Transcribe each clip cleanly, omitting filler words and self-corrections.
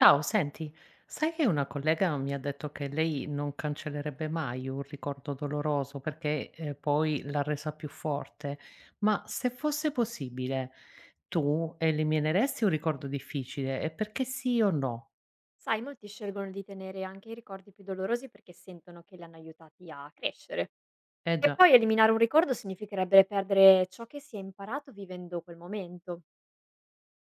Ciao, senti, sai che una collega mi ha detto che lei non cancellerebbe mai un ricordo doloroso perché poi l'ha resa più forte. Ma se fosse possibile, tu elimineresti un ricordo difficile e perché sì o no? Sai, molti scelgono di tenere anche i ricordi più dolorosi perché sentono che li hanno aiutati a crescere. Eh E già, poi eliminare un ricordo significherebbe perdere ciò che si è imparato vivendo quel momento.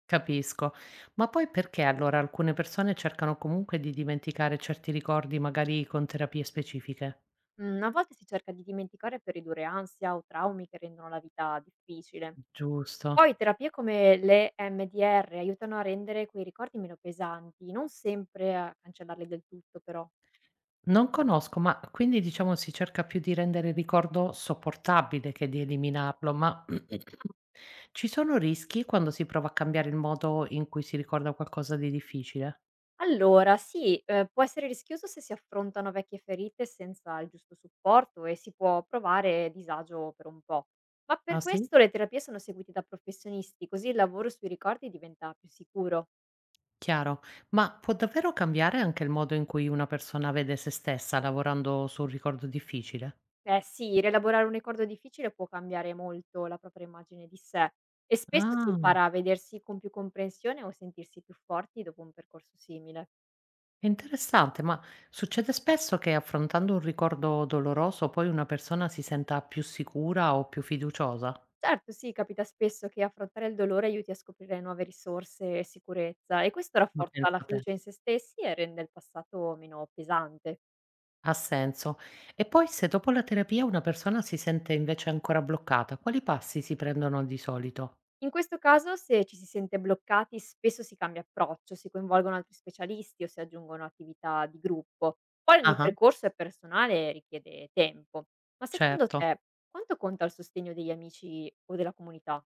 capisco. Ma poi perché allora alcune persone cercano comunque di dimenticare certi ricordi, magari con terapie specifiche? A volte si cerca di dimenticare per ridurre ansia o traumi che rendono la vita difficile. Giusto. Poi terapie come le MDR aiutano a rendere quei ricordi meno pesanti, non sempre a cancellarli del tutto però. Non conosco, ma quindi diciamo si cerca più di rendere il ricordo sopportabile che di eliminarlo, ma ci sono rischi quando si prova a cambiare il modo in cui si ricorda qualcosa di difficile? Allora sì, può essere rischioso se si affrontano vecchie ferite senza il giusto supporto e si può provare disagio per un po'. Ma per Ah sì? questo le terapie sono seguite da professionisti, così il lavoro sui ricordi diventa più sicuro. Chiaro. Ma può davvero cambiare anche il modo in cui una persona vede se stessa lavorando su un ricordo difficile? Eh sì, rielaborare un ricordo difficile può cambiare molto la propria immagine di sé e spesso si Ah, impara a vedersi con più comprensione o sentirsi più forti dopo un percorso simile. interessante, ma succede spesso che affrontando un ricordo doloroso poi una persona si senta più sicura o più fiduciosa? Certo, sì, capita spesso che affrontare il dolore aiuti a scoprire nuove risorse e sicurezza e questo Ma rafforza la pensa te. fiducia in se stessi e rende il passato meno pesante. Ha senso. E poi se dopo la terapia una persona si sente invece ancora bloccata, quali passi si prendono di solito? In questo caso, se ci si sente bloccati, spesso si cambia approccio, si coinvolgono altri specialisti o si aggiungono attività di gruppo. Poi ogni Ah-ah, percorso è personale e richiede tempo. Ma secondo certo. te, quanto conta il sostegno degli amici o della comunità?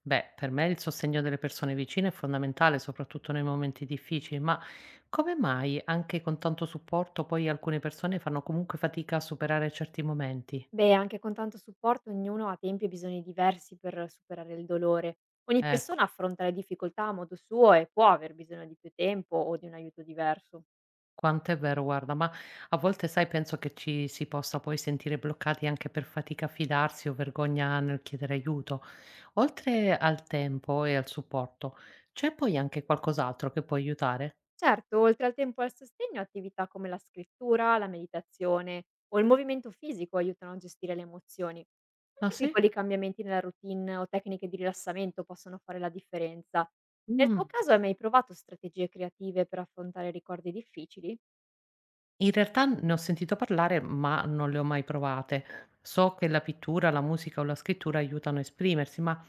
Beh, per me il sostegno delle persone vicine è fondamentale, soprattutto nei momenti difficili, ma come mai anche con tanto supporto poi alcune persone fanno comunque fatica a superare certi momenti? Beh, anche con tanto supporto ognuno ha tempi e bisogni diversi per superare il dolore. Ogni persona Ecco. affronta le difficoltà a modo suo e può aver bisogno di più tempo o di un aiuto diverso. Quanto è vero, guarda, ma a volte sai, penso che ci si possa poi sentire bloccati anche per fatica a fidarsi o vergogna nel chiedere aiuto. Oltre al tempo e al supporto, c'è poi anche qualcos'altro che può aiutare? Certo, oltre al tempo e al sostegno, attività come la scrittura, la meditazione o il movimento fisico aiutano a gestire le emozioni. Ah Anche sì? piccoli cambiamenti nella routine o tecniche di rilassamento possono fare la differenza. Nel Mm. tuo caso hai mai provato strategie creative per affrontare ricordi difficili? In realtà ne ho sentito parlare, ma non le ho mai provate. So che la pittura, la musica o la scrittura aiutano a esprimersi, ma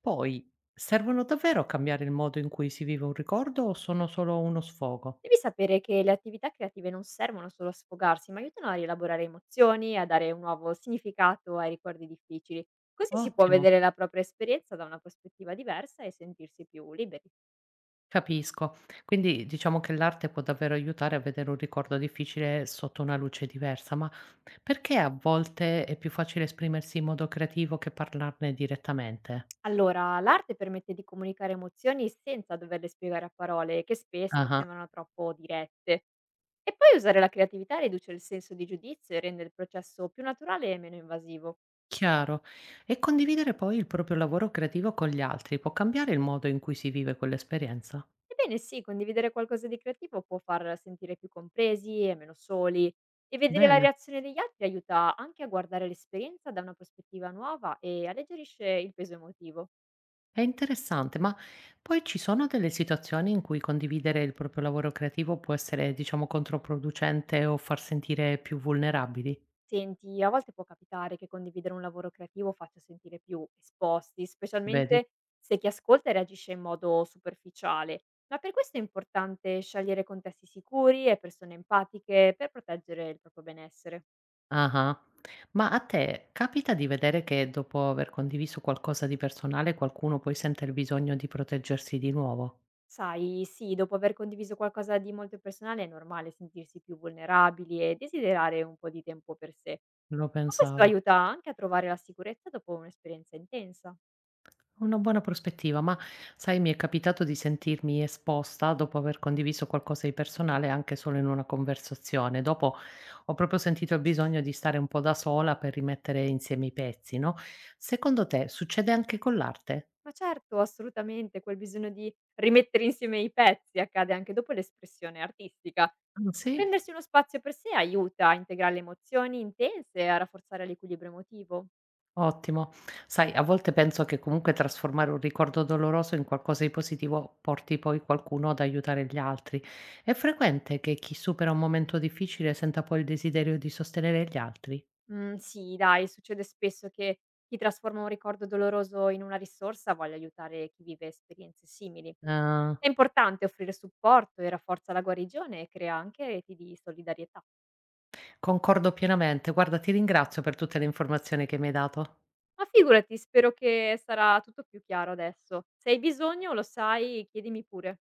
poi servono davvero a cambiare il modo in cui si vive un ricordo o sono solo uno sfogo? Devi sapere che le attività creative non servono solo a sfogarsi, ma aiutano a rielaborare emozioni, a dare un nuovo significato ai ricordi difficili. Così si può Ottimo. vedere la propria esperienza da una prospettiva diversa e sentirsi più liberi. Capisco. Quindi diciamo che l'arte può davvero aiutare a vedere un ricordo difficile sotto una luce diversa, ma perché a volte è più facile esprimersi in modo creativo che parlarne direttamente? Allora, l'arte permette di comunicare emozioni senza doverle spiegare a parole, che spesso Ah, sembrano troppo dirette. E poi usare la creatività riduce il senso di giudizio e rende il processo più naturale e meno invasivo. chiaro. E condividere poi il proprio lavoro creativo con gli altri può cambiare il modo in cui si vive quell'esperienza? Ebbene sì, condividere qualcosa di creativo può far sentire più compresi e meno soli e vedere la Bene, reazione degli altri aiuta anche a guardare l'esperienza da una prospettiva nuova e alleggerisce il peso emotivo. è interessante, ma poi ci sono delle situazioni in cui condividere il proprio lavoro creativo può essere, diciamo, controproducente o far sentire più vulnerabili, Senti, a volte può capitare che condividere un lavoro creativo faccia sentire più esposti, vedi? specialmente se chi ascolta reagisce in modo superficiale, ma per questo è importante scegliere contesti sicuri e persone empatiche per proteggere il proprio benessere. Ah-ah. Ma a te capita di vedere che dopo aver condiviso qualcosa di personale qualcuno poi sente il bisogno di proteggersi di nuovo? Sai, sì, dopo aver condiviso qualcosa di molto personale è normale sentirsi più vulnerabili e desiderare un po' di tempo per sé, Lo ma questo pensavo. aiuta anche a trovare la sicurezza dopo un'esperienza intensa. Una buona prospettiva, ma sai mi è capitato di sentirmi esposta dopo aver condiviso qualcosa di personale anche solo in una conversazione. Dopo ho proprio sentito il bisogno di stare un po' da sola per rimettere insieme i pezzi, no. Secondo te succede anche con l'arte? Ma certo, assolutamente, quel bisogno di rimettere insieme i pezzi accade anche dopo l'espressione artistica. Sì? Prendersi uno spazio per sé aiuta a integrare le emozioni intense e a rafforzare l'equilibrio emotivo. Ottimo. Sai, a volte penso che comunque trasformare un ricordo doloroso in qualcosa di positivo porti poi qualcuno ad aiutare gli altri. È frequente che chi supera un momento difficile senta poi il desiderio di sostenere gli altri? Mhmm, sì dai, succede spesso che chi trasforma un ricordo doloroso in una risorsa voglia aiutare chi vive esperienze simili. Ah, È importante offrire supporto e rafforza la guarigione e crea anche reti di solidarietà. concordo pienamente. Guarda, ti ringrazio per tutte le informazioni che mi hai dato. Ma figurati, spero che sarà tutto più chiaro adesso. Se hai bisogno lo sai, chiedimi pure.